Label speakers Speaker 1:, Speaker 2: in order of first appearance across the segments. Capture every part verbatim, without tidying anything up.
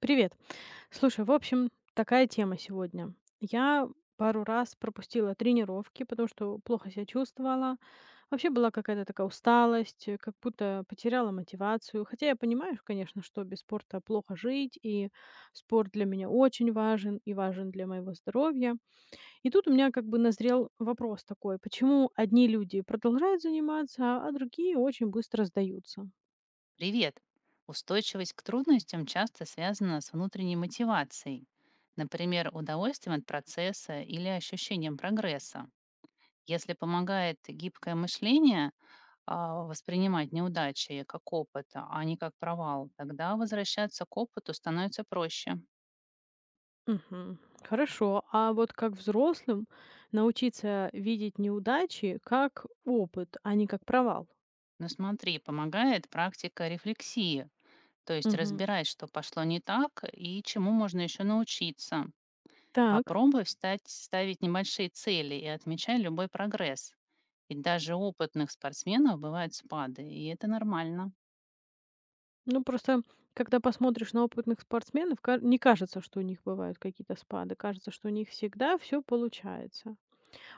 Speaker 1: Привет. Слушай, в общем, такая тема сегодня. Я пару раз пропустила тренировки, потому что плохо себя чувствовала. Вообще была какая-то такая усталость, э, как будто потеряла мотивацию. Хотя я понимаю, конечно, что без спорта плохо жить, и спорт для меня очень важен, и важен для моего здоровья. И тут у меня как бы назрел вопрос такой, почему одни люди продолжают заниматься, а другие очень быстро сдаются?
Speaker 2: Привет! Устойчивость к трудностям часто связана с внутренней мотивацией, например, удовольствием от процесса или ощущением прогресса. Если помогает гибкое мышление а, воспринимать неудачи как опыт, а не как провал, тогда возвращаться к опыту становится проще.
Speaker 1: Мгм. Хорошо. А вот как взрослым научиться видеть неудачи как опыт, а не как провал?
Speaker 2: Но смотри, помогает практика рефлексии, то есть
Speaker 1: Мгм.
Speaker 2: разбирать, что пошло не так и чему можно еще научиться.
Speaker 1: Так.
Speaker 2: Попробуй встать, ставить небольшие цели и отмечай любой прогресс. Ведь даже у опытных спортсменов бывают спады, и это нормально.
Speaker 1: Ну, просто, когда посмотришь на опытных спортсменов, ка- не кажется, что у них бывают какие-то спады. Кажется, что у них всегда все получается.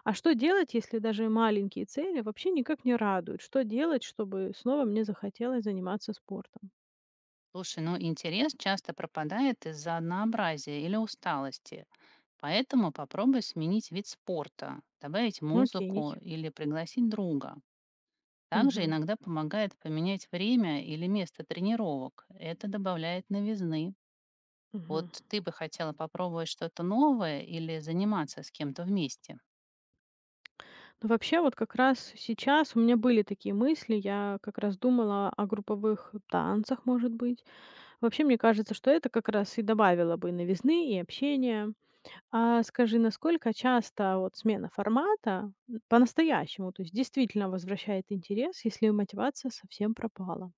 Speaker 1: А что делать, если даже маленькие цели вообще никак не радуют? Что делать, чтобы снова мне захотелось заниматься спортом?
Speaker 2: Слушай, ну интерес часто пропадает из-за однообразия или усталости. Поэтому попробуй сменить вид спорта, добавить
Speaker 1: Окей.
Speaker 2: музыку или пригласить друга. Также
Speaker 1: Мгм.
Speaker 2: иногда помогает поменять время или место тренировок. Это добавляет новизны. Вот
Speaker 1: Мгм.
Speaker 2: ты бы хотела попробовать что-то новое или заниматься с кем-то вместе?
Speaker 1: Ну, вообще, вот как раз сейчас у меня были такие мысли. Я как раз думала о групповых танцах, может быть. Вообще, мне кажется, что это как раз и добавило бы новизны и общения. А скажи, насколько часто вот смена формата м, по-настоящему, то есть действительно возвращает интерес, если мотивация совсем пропала?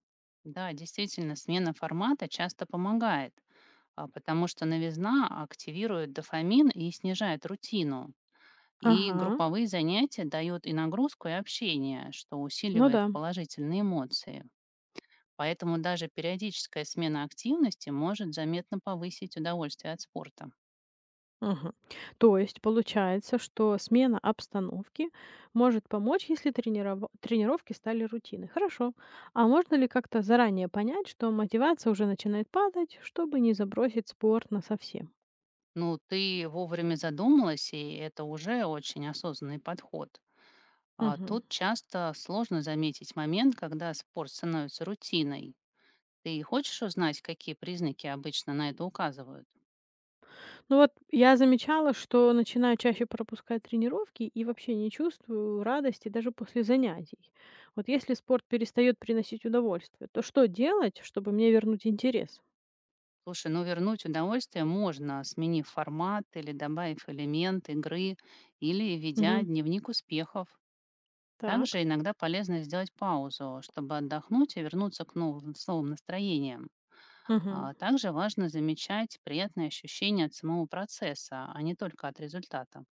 Speaker 2: Да, действительно, смена формата часто помогает, а, потому что новизна активирует дофамин и снижает рутину. И
Speaker 1: Ага,
Speaker 2: групповые занятия дают и нагрузку, и общение, что
Speaker 1: ну
Speaker 2: усиливает
Speaker 1: да.
Speaker 2: положительные эмоции. Поэтому даже периодическая смена активности может заметно повысить удовольствие от спорта.
Speaker 1: Мгм. То есть получается, что смена обстановки может помочь, если трениров- тренировки стали рутиной. Хорошо. А можно ли как-то заранее понять, что мотивация уже начинает падать, чтобы не забросить спорт на совсем?
Speaker 2: Ну, ты вовремя задумалась, и это уже очень осознанный подход. А
Speaker 1: Мгм.
Speaker 2: тут часто сложно заметить момент, когда спорт становится рутиной. Ты хочешь узнать, какие признаки обычно на это указывают?
Speaker 1: Ну вот я замечала, что начинаю чаще пропускать тренировки и вообще не чувствую радости даже после занятий. Вот если спорт перестает приносить удовольствие, то что делать, чтобы мне вернуть интерес?
Speaker 2: Слушай, ну вернуть удовольствие можно, сменив формат или добавив элемент игры, или ведя
Speaker 1: Мгм.
Speaker 2: дневник успехов. Также
Speaker 1: Так.
Speaker 2: иногда полезно сделать паузу, чтобы отдохнуть и вернуться к новым, с новым настроением.
Speaker 1: Мгм.
Speaker 2: А также важно замечать приятные ощущения от самого процесса, а не только от результата.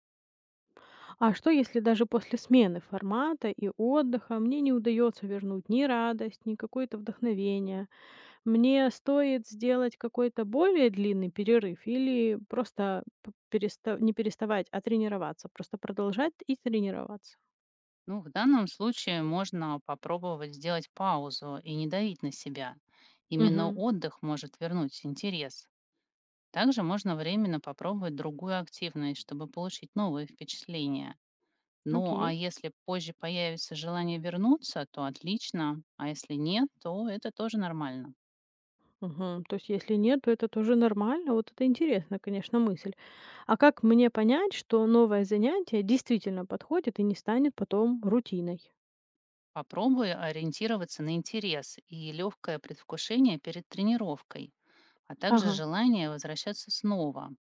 Speaker 1: А что, если даже после смены формата и отдыха мне не удается вернуть ни радость, ни какое-то вдохновение? Мне стоит сделать какой-то более длинный перерыв или просто п- переста- не переставать, а тренироваться, просто продолжать и тренироваться?
Speaker 2: Ну, в данном случае можно попробовать сделать паузу и не давить на себя. Именно
Speaker 1: Мгм.
Speaker 2: отдых может вернуть интерес. Также можно временно попробовать другую активность, чтобы получить новые впечатления. Ну а
Speaker 1: Окей.
Speaker 2: если позже появится желание вернуться, то отлично, а если нет, то это тоже нормально.
Speaker 1: Мгм. То есть, если нет, то это тоже нормально. Вот это интересно, конечно, мысль. А как мне понять, что новое занятие действительно подходит и не станет потом рутиной?
Speaker 2: Попробуй ориентироваться на интерес и легкое предвкушение перед тренировкой, а также
Speaker 1: Ага.
Speaker 2: желание возвращаться снова.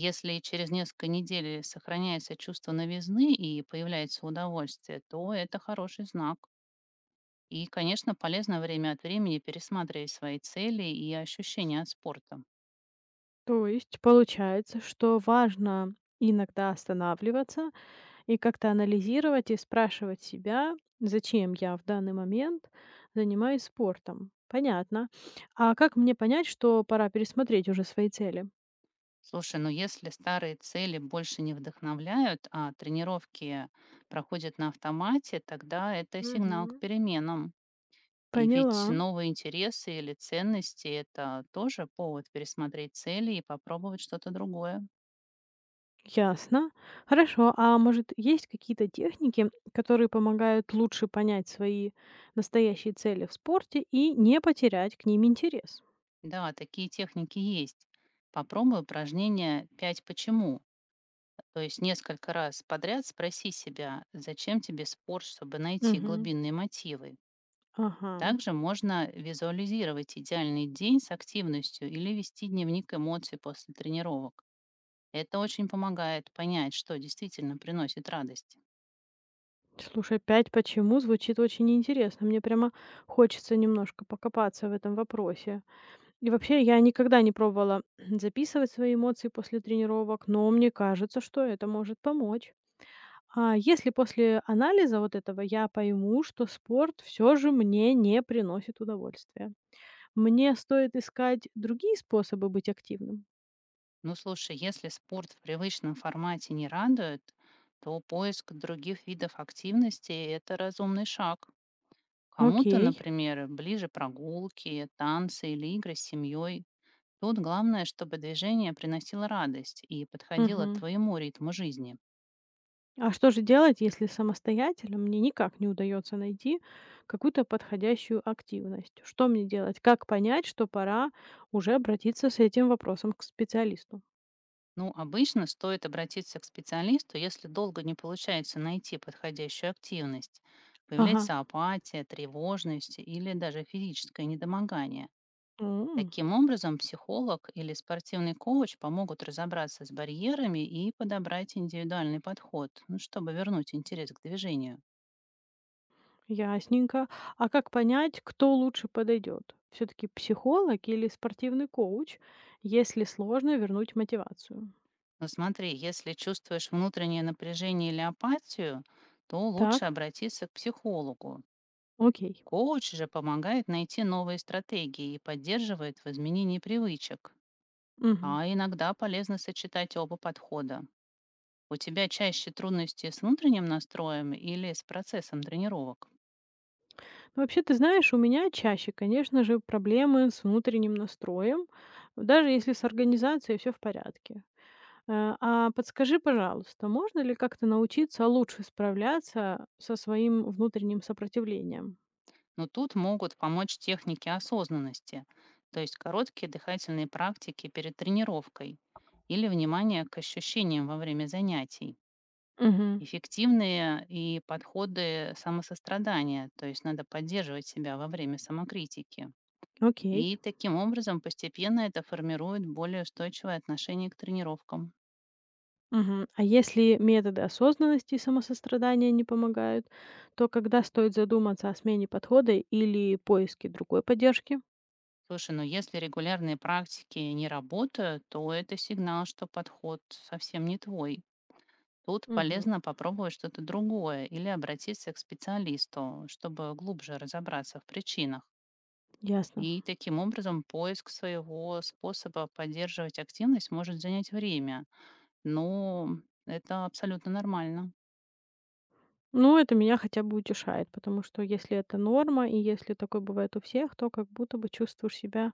Speaker 2: Если через несколько недель сохраняется чувство новизны и появляется удовольствие, то это хороший знак. И, конечно, полезно время от времени пересматривать свои цели и ощущения от спорта.
Speaker 1: То есть получается, что важно иногда останавливаться и как-то анализировать и спрашивать себя, зачем я в данный момент занимаюсь спортом. Понятно. А как мне понять, что пора пересмотреть уже свои цели?
Speaker 2: Слушай, ну если старые цели больше не вдохновляют, а тренировки проходят на автомате, тогда это сигнал к
Speaker 1: Мгм.
Speaker 2: переменам. И ведь
Speaker 1: Поняла.
Speaker 2: новые интересы или ценности – это тоже повод пересмотреть цели и попробовать что-то другое.
Speaker 1: Ясно. Хорошо. А может, есть какие-то техники, которые помогают лучше понять свои настоящие цели в спорте и не потерять к ним интерес?
Speaker 2: Да, такие техники есть. Попробуй упражнение «пять почему». То есть несколько раз подряд спроси себя, зачем тебе спорт, чтобы найти
Speaker 1: Мгм.
Speaker 2: глубинные мотивы.
Speaker 1: Ага.
Speaker 2: Также можно визуализировать идеальный день с активностью или вести дневник эмоций после тренировок. Это очень помогает понять, что действительно приносит радость.
Speaker 1: Слушай, пять "почему" звучит очень интересно. Мне прямо хочется немножко покопаться в этом вопросе. И вообще, я никогда не пробовала записывать свои эмоции после тренировок, но мне кажется, что это может помочь. А если после анализа вот этого я пойму, что спорт все же мне не приносит удовольствия, мне стоит искать другие способы быть активным?
Speaker 2: Ну слушай, если спорт в привычном формате не радует, то поиск других видов активности – это разумный шаг. Кому-то,
Speaker 1: Окей.
Speaker 2: например, ближе прогулки, танцы или игры с семьей. Тут главное, чтобы движение приносило радость и подходило
Speaker 1: Мгм.
Speaker 2: твоему ритму жизни.
Speaker 1: А что же делать, если самостоятельно мне никак не удается найти какую-то подходящую активность? Что мне делать? Как понять, что пора уже обратиться с этим вопросом к специалисту?
Speaker 2: Ну, обычно стоит обратиться к специалисту, если долго не получается найти подходящую активность.
Speaker 1: Ага,
Speaker 2: Появляется апатия, тревожность или даже физическое недомогание.
Speaker 1: м,
Speaker 2: Таким образом, психолог или спортивный коуч помогут разобраться с барьерами и подобрать индивидуальный подход, ну, чтобы вернуть интерес к движению.
Speaker 1: ясненько. А как понять, кто лучше подойдет? Все-таки психолог или спортивный коуч, если сложно вернуть мотивацию?
Speaker 2: Ну смотри, если чувствуешь внутреннее напряжение или апатию, то лучше
Speaker 1: Так,
Speaker 2: обратиться к психологу.
Speaker 1: окей.
Speaker 2: Коуч же помогает найти новые стратегии и поддерживает в изменении привычек.
Speaker 1: Мгм.
Speaker 2: А иногда полезно сочетать оба подхода. У тебя чаще трудности с внутренним настроем или с процессом тренировок?
Speaker 1: Вообще, ты знаешь, у меня чаще, конечно же, проблемы с внутренним настроем, даже если с организацией все в порядке. Э, а подскажи, пожалуйста, можно ли как-то научиться лучше справляться со своим внутренним сопротивлением?
Speaker 2: Но тут могут помочь техники осознанности, то есть короткие дыхательные практики перед тренировкой или внимание к ощущениям во время занятий.
Speaker 1: Мгм.
Speaker 2: Эффективные и подходы самосострадания, то есть надо поддерживать себя во время самокритики.
Speaker 1: Окей.
Speaker 2: И таким образом постепенно это формирует более устойчивое отношение к тренировкам.
Speaker 1: Мгм. А если методы осознанности и самосострадания не помогают, то когда стоит задуматься о смене подхода или поиске другой поддержки?
Speaker 2: Слушай, ну если регулярные практики не работают, то это сигнал, что подход совсем не твой. Тут
Speaker 1: Мгм.
Speaker 2: полезно попробовать что-то другое или обратиться к специалисту, чтобы глубже разобраться в причинах.
Speaker 1: Ясно.
Speaker 2: И таким образом поиск своего способа поддерживать активность может занять время, но это абсолютно нормально.
Speaker 1: Ну, это меня хотя бы утешает, потому что если это норма, и если такое бывает у всех, то как будто бы чувствуешь себя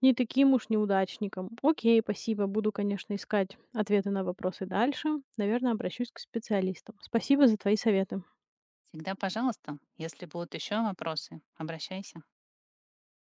Speaker 1: не таким уж неудачником. Окей, спасибо. Буду, конечно, искать ответы на вопросы дальше. Наверное, обращусь к специалистам. Спасибо за твои советы.
Speaker 2: Всегда, пожалуйста, если будут еще вопросы, обращайся.